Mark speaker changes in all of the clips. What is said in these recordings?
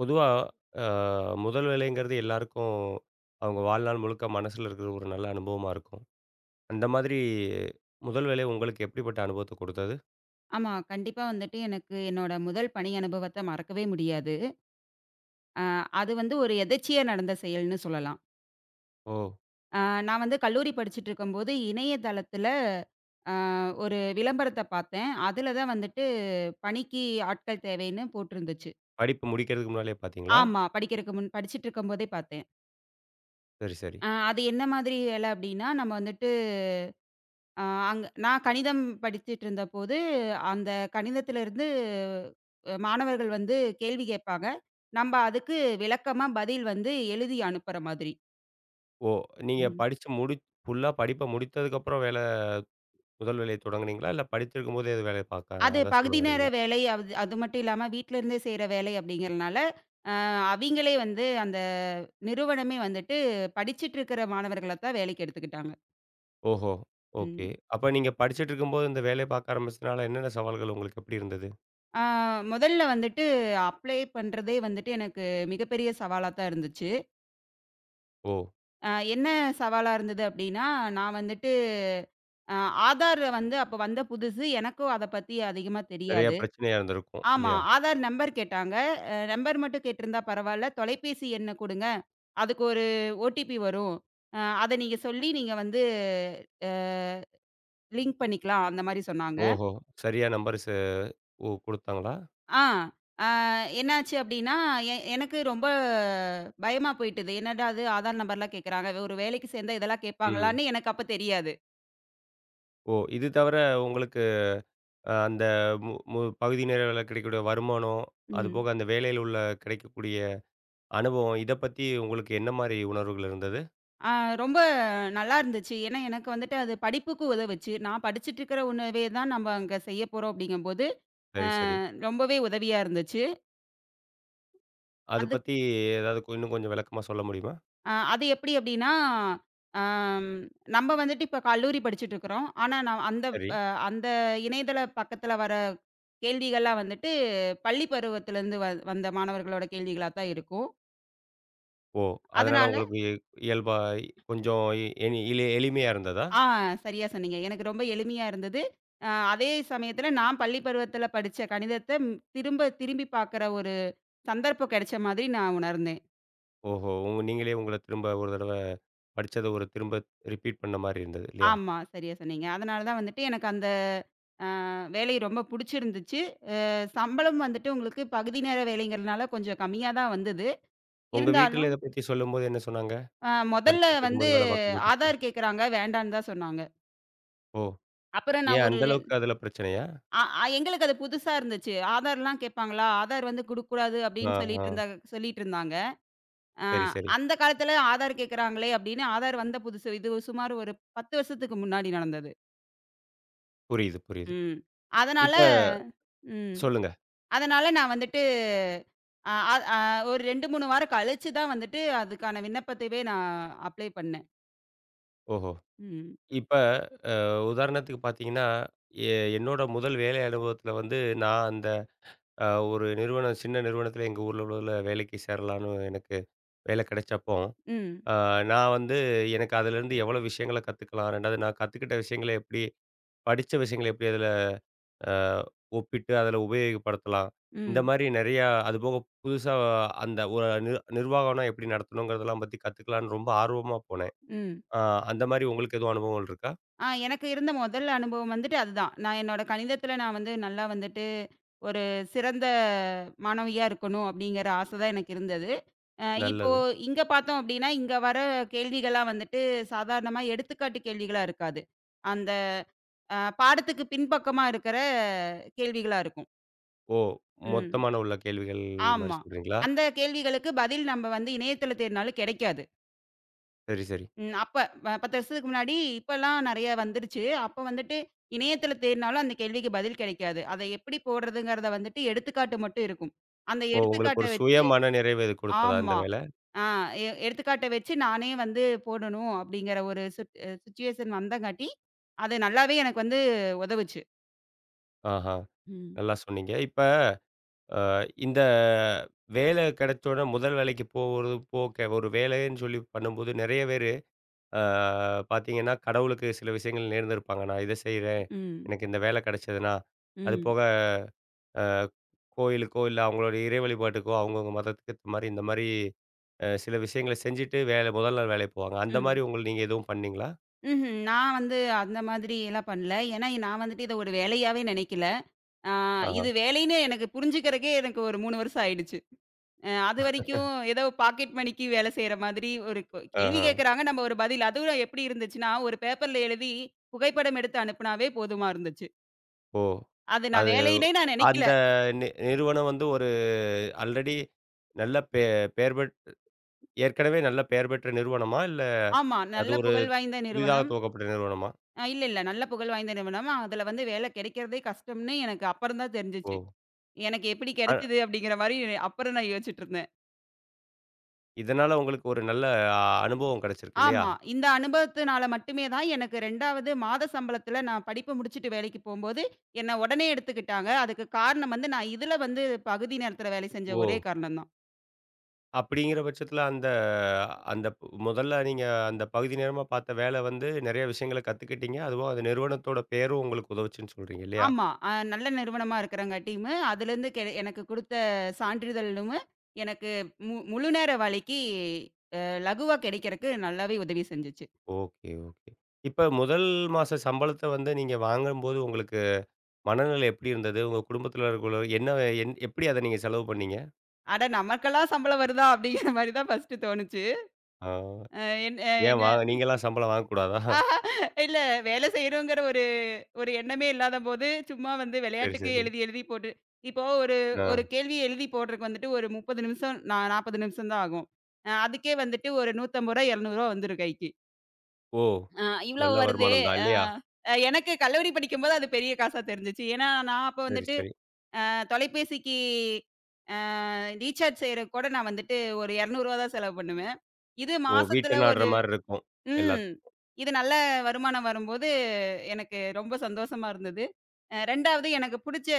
Speaker 1: பொதுவா அ முதல் வேலைங்கிறது எல்லாருக்கும் அவங்க வாழ்நாள் முழுக்க மனசுல இருக்கிற ஒரு நல்ல அனுபவமா இருக்கும். அந்த மாதிரி முதல் வேலை உங்களுக்கு எப்படிப்பட்ட அனுபவத்த கொடுத்தது?
Speaker 2: ஆமா. கண்டிப்பா வந்துட்டு எனக்கு என்னோட முதல் பணி அனுபவத்த மறக்கவே முடியாது. அ அது வந்து ஒரு எதர்ச்சியா நடந்த செயல்ன்னு சொல்லலாம்.
Speaker 1: ஓ!
Speaker 2: அ நான் வந்து கல்லூரி படிச்சுட்டு இருக்கும்போது இணையதளத்துல அ ஒரு விளம்பரத்த பார்த்தேன். அதுல தான் வந்துட்டு பணிக்கு ஆட்கள் தேவைன்னு போட்டிருந்துச்சு.
Speaker 1: படிப்பு முடிக்கிறதுக்கு முன்னாலயே பார்த்தீங்களா?
Speaker 2: ஆமா. படிக்கிறக்கு முன் படிச்சுட்டு இருக்கும்போதே பார்த்தேன்.
Speaker 1: சரி, சரி.
Speaker 2: அது என்ன மாதிரி வேலை அப்டின்னா, நம்ம வந்துட்டு ஆ அங்க நான் கணிதம் படிச்சுட்டு இருந்தபோது, அந்த கணிதத்திலிருந்து மாணவர்கள் வந்து கேள்வி கேட்பாங்க. நம்ப அதுக்கு விளக்கமா பதில் வந்து எழுதி அனுப்புற மாதிரி.
Speaker 1: ஓ! நீங்க
Speaker 2: ம்.
Speaker 1: படிச்சு முடி ஃபுல்லா படிப்ப முடித்ததுக்கப்புறம் முதல் வேலைய தொடங்குனீங்களா? இல்ல படிச்சிருக்கும்போதே அது வேலைய பார்க்க
Speaker 2: அது
Speaker 1: அதான் சொல்ல
Speaker 2: பகுதி நேர
Speaker 1: வர்றீங்களா?
Speaker 2: வேலை. அது அது மட்டும் இல்லாம வீட்ல இருந்தே செய்ற வேலை அப்படிங்கிறனால, அ அவிங்களே வந்து அந்த நிறுவனமே வந்துட்டு படிச்சுட்டு இருக்கிற மாணவர்கள தான் வேலைக்கு எடுத்துக்கிட்டாங்க.
Speaker 1: ஓஹோ! ஓகே.
Speaker 2: ம்.
Speaker 1: அப்ப நீங்க படிச்சுட்டு இருக்கும்போது இந்த வேலைய பார்க்க ஆரம்பிச்சதுனால என்னென்ன சவால்கள் உங்களுக்கு எப்படி இருந்தது?
Speaker 2: ஆ முதல்ல வந்துட்டு அப்ளை பண்றதே வந்துட்டு எனக்கு மிகப்பெரிய சவாலா தான் இருந்துச்சு.
Speaker 1: ஓ!
Speaker 2: என்ன சவாலா இருந்தது அப்டின்னா, நான் வந்துட்டு அ ஆதார் வந்து அப்ப வந்த புதுசு. எனக்கும் அத பத்தி அதிகமா
Speaker 1: நெறைய
Speaker 2: தெரியாது.
Speaker 1: பிரச்சனையா இருந்திருக்கும்
Speaker 2: ஆமா.
Speaker 1: இல்லையா?
Speaker 2: ஆதார் நம்பர் கேட்டாங்க. நம்பர் மட்டும் கேட்டிருந்தா பரவால்ல. தொலைபேசி எண்ண குடுங்க. அதுக்கு ஒரு ஓடிபி வரும். அத நீங்க சொல்லி நீங்க வந்து அ லிங்க் பண்ணிக்கலாம். அந்த மாரி சொன்னாங்க.
Speaker 1: ஓஹோ! சரியா நம்பர் ச ஓ! குடுத்தாங்களா?
Speaker 2: ஆ. அ என்னாச்சு அப்டின்னா, எனக்கு ரொம்ப பயமா போயிட்டது. என்னடா இது ஆதார் நம்பர்லாம் கேட்குறாங்க. ஒரு வேலைக்கு சேர்ந்தா இதெல்லாம்
Speaker 1: ம்.
Speaker 2: கேட்பாங்களான்னு எனக்கு அப்ப தெரியாது.
Speaker 1: ஓ! இது தவிர உங்களுக்கு அந்த மு மு பகுதி நேர வேலை கிடைக்கக்கூடிய வருமானம்,
Speaker 2: ம்.
Speaker 1: அதுபோக அந்த வேலையில உள்ள கிடைக்கக்கூடிய அனுபவம், இத பத்தி உங்களுக்கு என்ன மாரி உணர்வுகள் இருந்தது?
Speaker 2: ஆ ரொம்ப நல்லா இருந்துச்சு. ஏன்னா, எனக்கு வந்துட்டு அது படிப்புக்கு உதவுச்சு. நான் படிச்சுட்டு இருக்கிற உணவே தான் நம்ம அங்க செய்ய போறோம் அப்படிங்கும்போது,
Speaker 1: சரி, சரி.
Speaker 2: ரொம்பவே உதவியா இருந்துச்சு.
Speaker 1: அது
Speaker 2: அது
Speaker 1: பத்தி ஏதாவது இன்னும் கொஞ்சம் விளக்கமா சொல்ல முடியுமா?
Speaker 2: அது எப்படி அப்படின்னா, ஆம் நம்ம வந்துட்டு இப்ப கல்லூரி படிச்சுட்டு இருக்கிறோம். ஆனா, நான்
Speaker 1: சரி.
Speaker 2: அ அந்த இணையதள பக்கத்துல வர கேள்விகள்லாம் வந்துட்டு, பள்ளி பருவத்திலேருந்து வந்த மாணவர்களோட கேள்விகளா தான் இருக்கும்.
Speaker 1: ஓ! அதனால
Speaker 2: அதனால.
Speaker 1: உங்களுக்கு இயல்பா இ- கொஞ்சம் இ எனி இலி எளிமையா இருந்ததா?
Speaker 2: ஆ, சரியா சொன்னீங்க. எனக்கு ரொம்ப எளிமையா இருந்தது. அதே சமயத்துல நான் பள்ளி பருவத்துல படிச்ச கணிதத்த திரும்ப திரும்பி பார்க்குற ஒரு சந்தர்ப்பம் கிடைச்ச மாதிரி நான் உணர்ந்தேன்.
Speaker 1: ஓஹோ! உங்க நீங்களே உங்கள திரும்ப ஒரு தடவ படிச்சத ஒரு திரும்ப ரிப்பீட் பண்ண மாரி இருந்தது இல்லையா?
Speaker 2: ஆமா, சரியா சொன்னீங்க. அதனால தான் வந்துட்டு எனக்கு அந்த அ வேலை ரொம்ப புடிச்சிருந்துச்சு. சம்பளம் வந்துட்டு உங்களுக்கு பகுதி நேர வேலைங்கிறதுனால கொஞ்சம் கம்மியா தான் வந்தது.
Speaker 1: உங்க வீட்ல
Speaker 2: இருந்தாலும்
Speaker 1: இத பத்தி சொல்லும்போது என்ன சொன்னாங்க?
Speaker 2: மொதல்ல
Speaker 1: படிச்சுட்டு
Speaker 2: வந்து
Speaker 1: இருக்கும்போது வேலை பார்க்கறத பத்தி.
Speaker 2: ஆதார் கேட்குறாங்க, வேண்டான்னு தான் சொன்னாங்க.
Speaker 1: ஓ!
Speaker 2: அப்புறம் நான்
Speaker 1: ஏன்
Speaker 2: ஒரு
Speaker 1: அந்த
Speaker 2: ரெண்
Speaker 1: அளவுக்கு அதுல பிரச்சனையா?
Speaker 2: அ அ எங்களுக்கு அது புதுசா இருந்துச்சு. ஆதார்லாம் கேட்பாங்களா? ஆதார் வந்து குடுக்கக்கூடாது
Speaker 1: ஆ,
Speaker 2: அப்படின்னு
Speaker 1: ஆ.
Speaker 2: சொல்லிட்டு இருந்தாங்க. ஆ
Speaker 1: சரி, சரி.
Speaker 2: அந்த காலத்துல ஆதார் கேட்குறாங்களே அப்படின்னு ஆதார் வந்த புதுசு. இது சுமார் ஒரு 10 வருஷத்துக்கு முன்னாடி நடந்தது.
Speaker 1: புரியுது, புரியுது.
Speaker 2: ம். அதனால
Speaker 1: இப்ப
Speaker 2: ம்.
Speaker 1: சொல்லுங்க.
Speaker 2: அதனால நான் வந்துட்டு அ அ அ ஒரு 2, 3 வாரம் கழிச்சு தான் வந்துட்டு அதுக்கான விண்ணப்பத்தவே நான் அப்ளை பண்ணேன்.
Speaker 1: ஓஹோ!
Speaker 2: ம்.
Speaker 1: இப்ப உதாரணத்துக்கு பார்த்தீங்கன்னா, எ என்னோட முதல் வேலை அனுபவத்துல வந்து நான் அந்த அ ஒரு நிறுவனம் சின்ன நிறுவனத்துல எங்க ஊர்ல உள்ளதுல வேலைக்கு சேரலான்னு எனக்கு வேலை கிடைச்சப்போ,
Speaker 2: ம்.
Speaker 1: அ நான் வந்து எனக்கு அதுலேருந்து எவ்வளோ விஷயங்கள கத்துக்கலாம்? 2வது நான் கத்துக்கிட்ட விஷயங்கள எப்படி படிச்ச விஷயங்கள எப்படி அதுல அ ஒப்பிட்டு அதில உபயோகப்படுத்தலாம். இந்த
Speaker 2: ம்.
Speaker 1: மாரி நெறையா அதுபோக புதுசா அந்த ஒரு நிர்வாகம்னா எப்படி நடத்தணுங்கிறதெல்லாம் பத்தி கத்துக்கலான்னு ரொம்ப ஆர்வமா போனேன்.
Speaker 2: ம்.
Speaker 1: அ அந்த மாரி உங்களுக்கு எதுவும் அனுபவங்கள் இருக்கா?
Speaker 2: எனக்கு இருந்த முதல் அனுபவம் வந்துட்டு அதுதான். நான் என்னோட கணிதத்தில நான் வந்து நல்லா வந்துட்டு, ஒரு சிறந்த மாணவியா இருக்கணும் அப்படிங்கிற ஆசை தான் எனக்கு இருந்தது. இப்போ
Speaker 1: நல்லது.
Speaker 2: இங்க பார்த்தோம் அப்படின்னா, இங்க வர கேள்விகள்லாம் வந்துட்டு சாதாரணமா எடுத்துக்காட்டு கேள்விகளா இருக்காது. அந்த பாடத்துக்கு பின்பக்கமா இருக்கிற கேள்விகளா இருக்கும்.
Speaker 1: ஓ!
Speaker 2: ம்.
Speaker 1: மொத்தமான உள்ள கேள்விகள் மாரி
Speaker 2: ஆமா.
Speaker 1: சொல்றீங்களா?
Speaker 2: அந்த கேள்விகளுக்கு பதில் நம்ம வந்து இணையதள தேடுனாலும் கிடைக்காது.
Speaker 1: சரி, சரி.
Speaker 2: ம். அப்ப 10 வருஷத்துக்கு முன்னாடி, இப்பலாம் நெறைய வந்துருச்சு. அப்ப வந்துட்டு இணையத்தில தேடினாலும் அந்த கேள்விக்கு பதில் கிடைக்காது. அத எப்படி போடுறதுங்கிறத வந்துட்டு எடுத்துக்காட்டு மட்டும் இருக்கும். அந்த
Speaker 1: ஓ! உங்களுக்கு
Speaker 2: எடுத்துக்காட்ட
Speaker 1: ஒரு சுய
Speaker 2: வச்சு
Speaker 1: மன நிறைவு இது குடுத்ததா இந்த
Speaker 2: ஆமா.
Speaker 1: வேல?
Speaker 2: ஆ எ எடுத்துக்காட்ட வச்சு நானே வந்து போடணும் அப்படிங்கிற ஒரு சுட் அ சிச்சுவேஷன் வந்தங்காட்டி, அது நல்லாவே எனக்கு வந்து உதவுச்சு.
Speaker 1: ஆஹா!
Speaker 2: ம்.
Speaker 1: நல்லா சொன்னீங்க. இப்ப அ இந்த வேலை கிடைச்ச உடனே முதல் வேலைக்கு போறது போக ஒரு வேலைன்னு சொல்லி பண்ணும்போது நெறைய பேர் ஆ பார்த்தீங்கன்னா, கடவுளுக்கு சில விஷயங்கள் நேர்ந்திருப்பாங்க. நான் இத செய்றேன்.
Speaker 2: ம்.
Speaker 1: எனக்கு இந்த வேலை கிடைச்சதுன்னா, அது
Speaker 2: ம்.
Speaker 1: போக அ கோயிலுக்கோ, இல்ல அவங்களோட இறை வழிபாட்டுக்கோ, அவங்கவங்க மதத்துக்கு ஏத்த மாரி இந்த மாரி சில விஷயங்கள செஞ்சுட்டு வேலை முதல் நாள் வேலைக்கு போவாங்க. அந்த மாரி
Speaker 2: ம்.
Speaker 1: உங்கள நீங்க எதுவும் பண்ணீங்களா?
Speaker 2: ம்ஹ்ம். நான் வந்து அந்த மாதிரி எல்லாம் பண்ணல. ஏன்னா நான் வந்துட்டு இத ஒரு வேலையாவே நினைக்கல. ஆ
Speaker 1: ஆஹா,
Speaker 2: இது வேலைன்னு எனக்கு புரிஞ்சுக்கிறதுக்கே எனக்கு ஒரு 3 வருஷம் ஆயிடுச்சு. அதுவரைக்கும் ஏதோ பாக்கெட் மணிக்கு வேல செய்ற மாதிரி ஒரு கேள்வி
Speaker 1: ஆஹா.
Speaker 2: கேட்கறாங்க. நம்ம ஒரு பதில் அதுவும் எப்படி இருந்துச்சுன்னா, ஒரு பேப்பர்ல எழுதி புகைப்படம் எடுத்து அனுப்புனாவே போதுமா இருந்துச்சு.
Speaker 1: ஓ!
Speaker 2: அது நான்
Speaker 1: அது
Speaker 2: வேலைன்னே நான் நெனைக்கல.
Speaker 1: அந்த நிறுவனம் வந்து ஒரு ஆல்ரெடி நல்ல பெ பெயர் பெற் ஏற்கனவே நல்ல பெயர் பெற்ற நிறுவனமா? இல்ல
Speaker 2: ஆமா.
Speaker 1: அது
Speaker 2: நல்ல
Speaker 1: ஒரு
Speaker 2: புகழ் வாய்ந்த
Speaker 1: புதிதாக
Speaker 2: நிறுவனம்.
Speaker 1: துவக்கப்பட்ட நிறுவனமா?
Speaker 2: இல்ல, இல்ல. நல்ல புகழ் வாய்ந்த நிறுவனம். அதுல வந்து வேலை கெடைக்கிறதே கஷ்டம்னு எனக்கு அப்புறம் தான்
Speaker 1: ஓ!
Speaker 2: தெரிஞ்சுச்சு. எனக்கு எப்படி
Speaker 1: அ
Speaker 2: கெடைச்சது அப்படிங்கிற மாரி அப்புறம் நான் யோசிச்சுட்டு இருந்தேன்.
Speaker 1: இதனால உங்களுக்கு ஒரு நல்ல அ அனுபவம் கிடைச்சிருக்கு இல்லையா?
Speaker 2: ஆமா. இந்த அனுபவத்தினால மட்டுமே தான் எனக்கு 2வது மாத சம்பளத்தில நான் படிப்பு முடிச்சுட்டு வேலைக்கு போம்போது, என்ன உடனே எடுத்துக்கிட்டாங்க. அதுக்கு காரணம் வந்து நான் இதுல வந்து பகுதி நேரத்தில வேலை செஞ்ச ஒரே
Speaker 1: ஓ!
Speaker 2: காரணம் தான்.
Speaker 1: அப்படிங்கிற பட்சத்தில அந்த அந்த ப் முதல்ல நீங்க அந்த பகுதி நேரமா பார்த்த வேலை வந்து நெறைய விஷயங்கள கத்துக்கிட்டீங்க. அதுவும் அந்த நிறுவனத்தோட பெயரும் உங்களுக்கு உதவுச்சுன்னு சொல்றீங்க இல்லையா?
Speaker 2: ஆமா. நல்ல நிறுவனமா இருக்கிறங்காட்டியும், அதுலேருந்து எனக்கு குடுத்த சான்றிதழும் எனக்கு முழு நேர வேலைக்கு லகுவா கிடைக்கிறக்கு நல்லாவே உதவி செஞ்சுச்சு.
Speaker 1: Okay, okay. இப்ப முதல் மாச சம்பளத்த வந்து நீங்க வாங்கும்போது உங்களுக்கு மனநிலை எப்படி இருந்தது? உங்க குடும்பத்தில இருக்கிறவங்கள என்ன எப்படி அத நீங்க செலவு பண்ணீங்க?
Speaker 2: அட நமக்கெல்லாம் சம்பளம் வருதா? அப்படிங்கிற மாரி தான் ஃபர்ஸ்ட்டு தோணுச்சு.
Speaker 1: ஆ
Speaker 2: அ என்
Speaker 1: ஏன் வாங்க நீங்கலாம் சம்பளம் வாங்கக்கூடாதா?
Speaker 2: ஆஹா! இல்ல வேலை செய்யணுங்கிற ஒரு ஒரு எண்ணமே இல்லாதபோது, சும்மா வந்து
Speaker 1: சரி,
Speaker 2: விளையாட்டுக்கு
Speaker 1: சரி.
Speaker 2: எழுதி எழுதி போட்டு இப்போ ஒரு ஒரு
Speaker 1: ஆ.
Speaker 2: கேள்வி எழுதி போடுறதுக்கு வந்துட்டு ஒரு 30 நிமிஷம், 40 நிமிஷம் தான் ஆகும். அதுக்கே வந்துட்டு ஒரு ரூ. 150 ரூ. 200 வந்துரும் கைக்கு.
Speaker 1: ஓ!
Speaker 2: அ இவ்வளோ
Speaker 1: நல்ல
Speaker 2: வருதே!
Speaker 1: வருமானம் தான்
Speaker 2: அ
Speaker 1: இல்லையா?
Speaker 2: அ எனக்கு கல்லூரி படிக்கும்போது அது பெரிய காசா தெரிஞ்சுச்சு. ஏன்னா, நான் அப்ப
Speaker 1: சரி,
Speaker 2: வந்துட்டு
Speaker 1: சரி.
Speaker 2: தொலைபேசிக்கு அ ரீசார்ஜ் செய்றதுக்கு கூட நான் வந்துட்டு ஒரு ரூ. 200 தான் செலவு பண்ணுவேன். இது
Speaker 1: ஓ!
Speaker 2: மாசத்துல
Speaker 1: வீட்ட நாடுற
Speaker 2: ஒரு
Speaker 1: மாரி இருக்கும். எல்லாத்
Speaker 2: ம். இது நல்ல வருமானம் வரும்போது, எனக்கு ரொம்ப சந்தோஷமா இருந்தது. 2வது எனக்கு புடிச்ச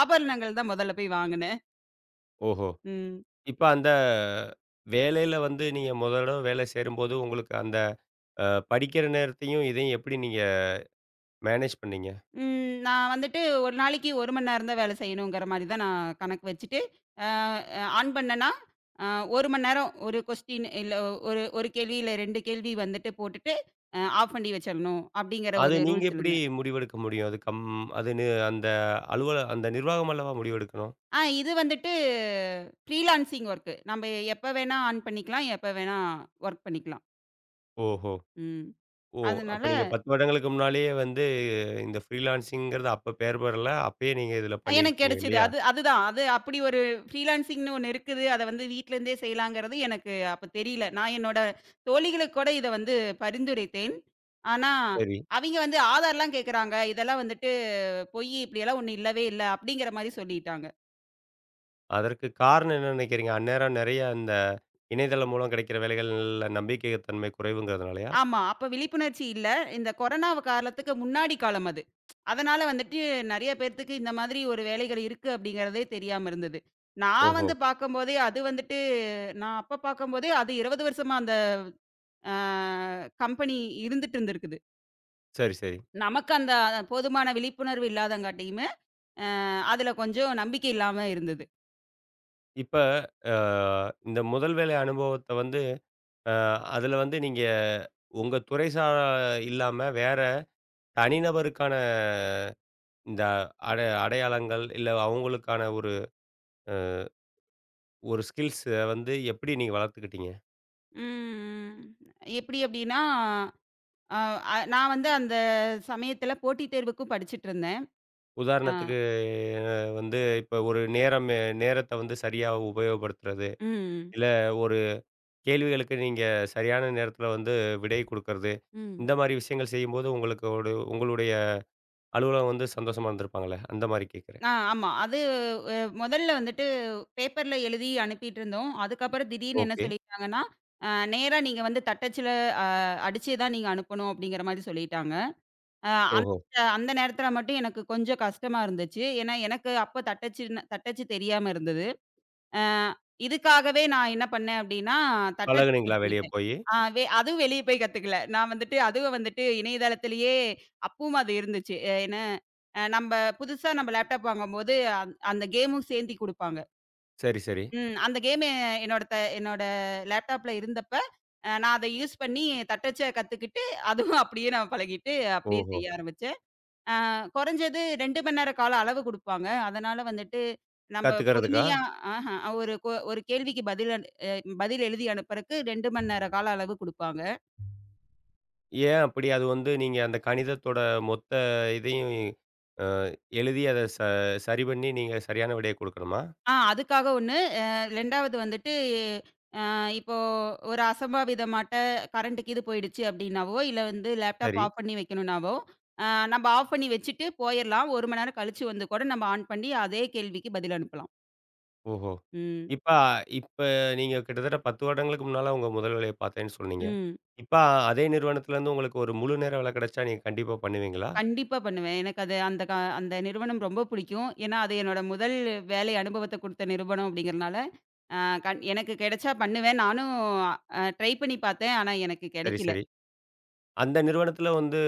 Speaker 2: ஆபரணங்கள் தான் முதல்ல போய் வாங்குனேன்.
Speaker 1: ஓஹோ!
Speaker 2: ம்.
Speaker 1: இப்ப அந்த வேலையில வந்து நீங்க மொத தடவ வேலை சேரும்போது, உங்களுக்கு அந்த அ படிக்கிற நேரத்தையும், இதையும் எப்படி நீங்க மேனேஜ் பண்ணீங்க?
Speaker 2: ம். நான் வந்துட்டு ஒரு நாளைக்கு 1 மணி நேரம் தான் வேலை செய்யணுங்கிற மாரி தான் நான் கணக்கு வச்சுட்டு, அ அ ஆன் பண்ணேன்னா, அ 1 மணி நேரம் ஒரு கொஸ்டின் இல்ல ஒரு ஒரு கேள்வி இல்ல 2 கேள்வி வந்துட்டு போட்டுட்டு, ஆஃப் பண்ணி வச்சிரணும் அப்படிங்கிற
Speaker 1: அது
Speaker 2: ஒரு
Speaker 1: நீங்க
Speaker 2: ரூல்ஸ்
Speaker 1: எப்படி
Speaker 2: இருந்தது.
Speaker 1: முடிவெடுக்க முடியும்? அது கம் அது நி அந்த அந்த நிர்வாகம் அல்லவா முடிவெடுக்கணும்?
Speaker 2: இது வந்துட்டு ஃப்ரீலான்சிங் வொர்க்கு. நம்ப எப்ப வேணா ஆன் பண்ணிக்கலாம், எப்ப வேணா வொர்க் பண்ணிக்கலாம்.
Speaker 1: ஓஹோ!
Speaker 2: ம்.
Speaker 1: ஓ! அப்ப நீங்க
Speaker 2: அதனால
Speaker 1: 10 வருடங்களுக்கு முன்னாலேயே வந்து இந்த ஃப்ரீலான்சிங்கிறது அப்ப பெயர் பெறல. அப்பயே நீங்க இதில
Speaker 2: எனக்கு
Speaker 1: பண்ணியிருக்கீங்க
Speaker 2: கிடைச்சது.
Speaker 1: இல்லையா?
Speaker 2: அது அதுதான். அது அப்படி ஒரு ஃப்ரீலான்சிங்ன்னு ஒண்ணு இருக்குது. அத வந்து வீட்லருந்தே செய்யலாங்கிறது எனக்கு அப்ப தெரியல. நான் என்னோட தோழிகளுக்கு கூட இத வந்து பரிந்துரைத்தேன். ஆனா,
Speaker 1: சரி.
Speaker 2: அவிங்க வந்து ஆதார்லாம் கேட்கறாங்க. இதெல்லாம் வந்துட்டு பொய், இப்படியெல்லாம் ஒண்ணும் இல்லவே இல்ல. அப்படிங்கிற மாரி சொல்லிட்டாங்க.
Speaker 1: அதற்கு காரணம் என்ன நினைக்கிறீங்க? அந்நேரம் நெறைய இந்த இணையதளம் மூலம் கிடைக்கிற வேலைகள்ல நம்பிக்கை தன்மை குறைவுங்கிறதுனாலயா?
Speaker 2: ஆமா. அப்ப விழிப்புணர்ச்சி இல்ல. இந்த கொரோனா காலத்துக்கு முன்னாடி காலம் அது. அதனால வந்துட்டு நெறைய பேத்துக்கு இந்த மாதிரி ஒரு வேலைகள் இருக்கு அப்படிங்கிறதே தெரியாம இருந்தது. நான்
Speaker 1: ஓஹோ!
Speaker 2: வந்து பார்க்கும்போதே அது வந்துட்டு நான் அப்ப பார்க்கும்போதே அது 20 வருஷமா அந்த அ கம்பெனி இருந்துட்டு இருந்திருக்குது.
Speaker 1: சரி, சரி.
Speaker 2: நமக்கு அந்த போதுமான விழிப்புணர்வு இல்லாதங்காட்டியுமே, அதுல கொஞ்சம் நம்பிக்கை இல்லாம இருந்தது.
Speaker 1: இப்ப அ இந்த முதல் வேலை அனுபவத்த வந்து அ அதுல வந்து நீங்க உங்க துறை சா இல்லாம வேற தனிநபருக்கான இந்த அட அடையாளங்கள், இல்ல அவங்களுக்கான ஒரு அ ஒரு ஸ்கில்ஸ வந்து எப்படி நீங்க வளர்த்துக்கிட்டீங்க?
Speaker 2: ம். எப்படி அப்படின்னா, அ நான் வந்து அந்த சமயத்துல போட்டித் தேர்வுக்கும் படிச்சுட்டு இருந்தேன். அ.
Speaker 1: உதாரணத்துக்கு வந்து இப்ப ஒரு நேரத்த வந்து சரியா உபயோகப்படுத்துறது,
Speaker 2: ம்.
Speaker 1: இல்ல ஒரு கேள்விகளுக்கு நீங்க சரியான நேரத்துல வந்து விடை குடுக்கறது,
Speaker 2: ம்.
Speaker 1: இந்த மாரி விஷயங்கள் செய்யும்போது உங்களுக்கு ஒரு உங்களுடைய அலுவலகம் வந்து சந்தோஷமா இருந்திருப்பாங்கல்ல? அந்த மாரி கேட்கிறேன்.
Speaker 2: ஆமா. அது அ மொதல்ல வந்துட்டு பேப்பர்ல எழுதி அனுப்பிட்டு இருந்தோம். அதுக்கப்புறம் திடீர்னு என்ன
Speaker 1: ஓகே.
Speaker 2: சொல்லிட்டாங்கன்னா, அ நேரா நீங்க வந்து தட்டச்சுல அ அடிச்சே தான் நீங்க அனுப்பணும் அப்படிங்கிற மாரி சொல்லிட்டாங்க. அ அந்த
Speaker 1: ஓஹோ!
Speaker 2: அந்த நேரத்தில மட்டும் எனக்கு கொஞ்சம் கஷ்டமா இருந்துச்சு. ஏன்னா எனக்கு அப்ப தட்டச்சு தட்டச்சு தெரியாம இருந்தது. அ இதுக்காகவே நான் என்ன பண்ணேன் அப்டின்னா, தட்டச்சு
Speaker 1: பழகுனீங்களா வெளிய
Speaker 2: கத்துக்கிட்டேன்.
Speaker 1: போயி?
Speaker 2: ஆ வே அதுவும் வெளிய போய் கத்துக்கல. நான் வந்துட்டு அதுவும் வந்துட்டு இணையதளத்திலேயே அப்பவும் அது இருந்துச்சு. ஏன்னா, நம்ப புதுசா நம்ம லேப்டாப் வாங்கும்போது அந்த கேமும் சேந்தி குடுப்பாங்க.
Speaker 1: சரி, சரி.
Speaker 2: ம். அந்த கேம் என்னோட லேப்டாப்ல இருந்தப்ப, நான் அத யூஸ் பண்ணி தட்டச்ச கத்துக்கிட்டு, அதுவும் அப்டியே நான் பழகிட்டு, அப்டியே
Speaker 1: ஓஹோ!
Speaker 2: செய்ய ஆரம்பிச்சேன். குறைஞ்சது 2 மணி நேர கால அளவு குடுப்பாங்க. அதனால வந்துட்டு நம்ப
Speaker 1: கத்துக்கிறதுக்கா?
Speaker 2: பொறுமையா ஆஹ ஒரு ஒரு கேள்விக்கு பதில் எழுதி அனுப்புறக்கு 2 மணி நேர கால அளவு குடுப்பாங்க.
Speaker 1: ஏன் அப்படி? அது வந்து நீங்க அந்த கணிதத்தோட மொத்த இதையும் அ எழுதி அத ச சரி பண்ணி நீங்க சரியான விடைய குடுக்கணுமா?
Speaker 2: அதுக்காக 1, அ 2வது வந்துட்டு இப்போ ஒரு அசம்பாவிதமாட்ட கரண்ட் கீது போயிடுச்சு அப்டின்னாவோ, இல்ல வந்து லேப்டாப்
Speaker 1: சரி.
Speaker 2: ஆஃப் பண்ணி வைக்கணும்னாவோ, அ நம்ப ஆஃப் பண்ணி வச்சுட்டு போயிரலாம். 1 மணி நேரம் கழிச்சு வந்து கூட நம்ம ஆன் பண்ணி அதே கேள்விக்கு பதில் அனுப்பலாம்.
Speaker 1: ஓஹோ!
Speaker 2: ம்.
Speaker 1: இப்ப இப்ப நீங்க கிட்டத்தட்ட 10 வருடங்களுக்கு முன்னால உங்க முதல் வேலைய பார்த்தேன்னு சொன்னீங்க.
Speaker 2: ம்.
Speaker 1: இப்ப அதே நிறுவனத்திலேருந்து உங்களுக்கு ஒரு முழு நேர வேலை கிடைச்சா நீங்க கண்டிப்பா பண்ணுவீங்களா?
Speaker 2: கண்டிப்பா பண்ணுவேன். எனக்கு அது அந்த அந்த நிறுவனம் ரொம்ப பிடிக்கும். ஏன்னா, அது என்னோட முதல் வேலை அனுபவத்த குடுத்த நிறுவனம் அப்படிங்கிறனால, அ கண் எனக்கு கிடைச்சா பண்ணுவேன். நானும் ட்ரை பண்ணி பார்த்தேன். ஆனா, எனக்கு
Speaker 1: சரி,
Speaker 2: கிடைக்கல.
Speaker 1: சரி. அந்த நிறுவனத்தில வந்து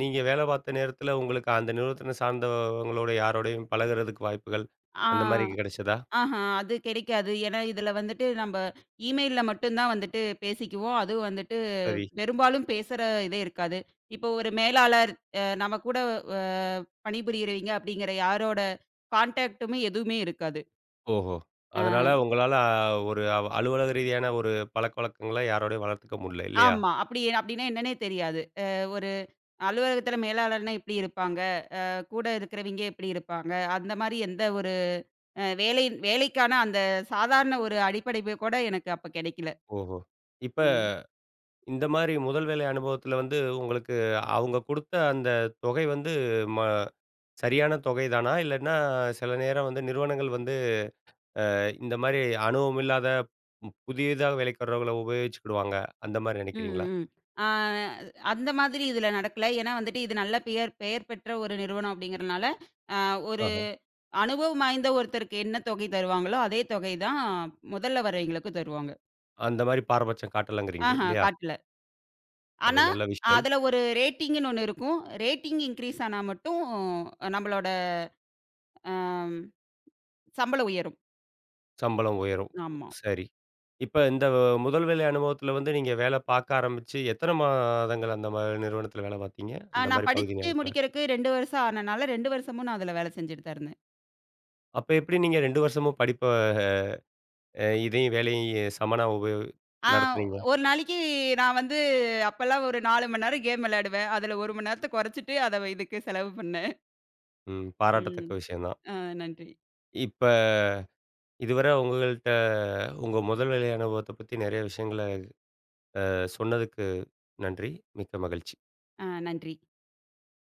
Speaker 1: நீங்க வேலை பார்த்த நேரத்தில உங்களுக்கு அந்த நிறுவனத்தின சார்ந்தவங்களோட யாரோடையும் பழகுறதுக்கு வாய்ப்புகள்
Speaker 2: ஆ
Speaker 1: அந்த மாரி கிடைச்சதா?
Speaker 2: ஆஹா, அது கிடைக்காது. ஏன்னா, இதுல வந்துட்டு நம்ப இமெயில்ல மட்டும் தான் வந்துட்டு பேசிக்குவோம். அதுவும் வந்துட்டு
Speaker 1: சரி.
Speaker 2: பெரும்பாலும் பேசுற இதே இருக்காது. இப்போ ஒரு மேலாளர் நம்ம கூட அ பணிபுரியறவங்க அப்படிங்கிற யாரோட கான்டாக்ட்டுமே எதுவுமே இருக்காது.
Speaker 1: ஓஹோ! அதனால
Speaker 2: அ.
Speaker 1: உங்களால ஒரு அலுவலக ரீதியான ஒரு பழக்கவழக்கங்கள யாரோடையும் வளர்த்துக்க முடியல இல்லையா?
Speaker 2: ஆமா. அப்படி அப்படின்னா என்னன்னே தெரியாது. ஒரு அலுவலகத்தில மேலாளர்னா எப்படி இருப்பாங்க? கூட இருக்கிறவைங்க எப்படி இருப்பாங்க? அந்த மாரி எந்த ஒரு அ வேலை வேலைக்கான அந்த சாதாரண ஒரு அடிப்படைவு கூட எனக்கு அப்ப கெடைக்கல.
Speaker 1: ஓஹோ! இப்ப
Speaker 2: ம்.
Speaker 1: இந்த மாரி முதல் வேலை அனுபவத்துல வந்து உங்களுக்கு அவங்க குடுத்த அந்த தொகை வந்து ம சரியான தொகை தானா? இல்லன்னா சில நேரம் வந்து நிறுவனங்கள் வந்து இந்த மாரி அனுபவம் இல்லாத புதியதா வேலைக்கு வர்றவங்கள உபயோகிச்சுக்கிடுவாங்க. அந்த மாரி
Speaker 2: ம்,
Speaker 1: நெனைக்கிறீங்களா?
Speaker 2: ம். ஆ அந்த மாதிரி இதில நடக்கல. ஏன்னா வந்துட்டு இது நல்ல பெயர் பெயர் பெற்ற ஒரு நிறுவனம் அப்படிங்கிறனால, அ ஒரு
Speaker 1: ஆஹா.
Speaker 2: அனுபவம் வாய்ந்த ஒருத்தருக்கு என்ன தொகை தருவாங்களோ, அதே தொகை தான் முதல்ல வரவைங்களுக்கு தருவாங்க.
Speaker 1: அந்த மாரி பாரபட்சம் காட்டலாங்கிறீங்க
Speaker 2: ஆஹா,
Speaker 1: இல்லையா?
Speaker 2: காட்டல.
Speaker 1: அது
Speaker 2: ஆனா,
Speaker 1: நல்ல விஷயம்.
Speaker 2: அதுல ஒரு ரேட்டிங்குன்னு ஒண்ணு இருக்கும். ரேட்டிங் இன்கிரீஸ் ஆனா மட்டும் நம்மளோட அம் சம்பளம் உயரும்.
Speaker 1: சம்பளம் உயரும்.
Speaker 2: ஆமா.
Speaker 1: சரி. இப்ப இந்த முதல் வேலை அனுபவத்துல வந்து நீங்க வேலை பாக்க ஆரம்பிச்சு எத்தன மாதங்கள் அந்த நிறுவனத்துல வேலை பாத்தீங்க? இந்த
Speaker 2: நான்
Speaker 1: மாரி பகுதி
Speaker 2: படிச்சு
Speaker 1: நேரத்துல.
Speaker 2: முடிக்கிறக்கு 2 வருஷம் ஆனனால 2 வருஷமும் நான் அதுல வேலை செஞ்சுட்டு தான் இருந்தேன்.
Speaker 1: அப்ப எப்படி நீங்க 2 வருஷமும் படிப்ப இதையும் வேலையும் சமனா
Speaker 2: ஆ
Speaker 1: நடத்துனீங்க.
Speaker 2: ஒரு நாளைக்கு நான் வந்து அப்பலாம் ஒரு 4 மணி நேரம் கேம் விளையாடுவேன். அதுல 1 மணி நேரத்த குறைச்சுட்டு அத இதுக்கு செலவு பண்ணேன்.
Speaker 1: ம்.
Speaker 2: ம்.
Speaker 1: பாராட்டத்தக்க விஷயம் தான்.
Speaker 2: ஆ நன்றி.
Speaker 1: இப்ப இதுவர உங்கள்ட்ட உங்க முதல் வேலை அனுபவத்த பத்தி நெறைய விஷயங்கள சொன்னதுக்கு நன்றி. மிக்க மகிழ்ச்சி.
Speaker 2: நன்றி.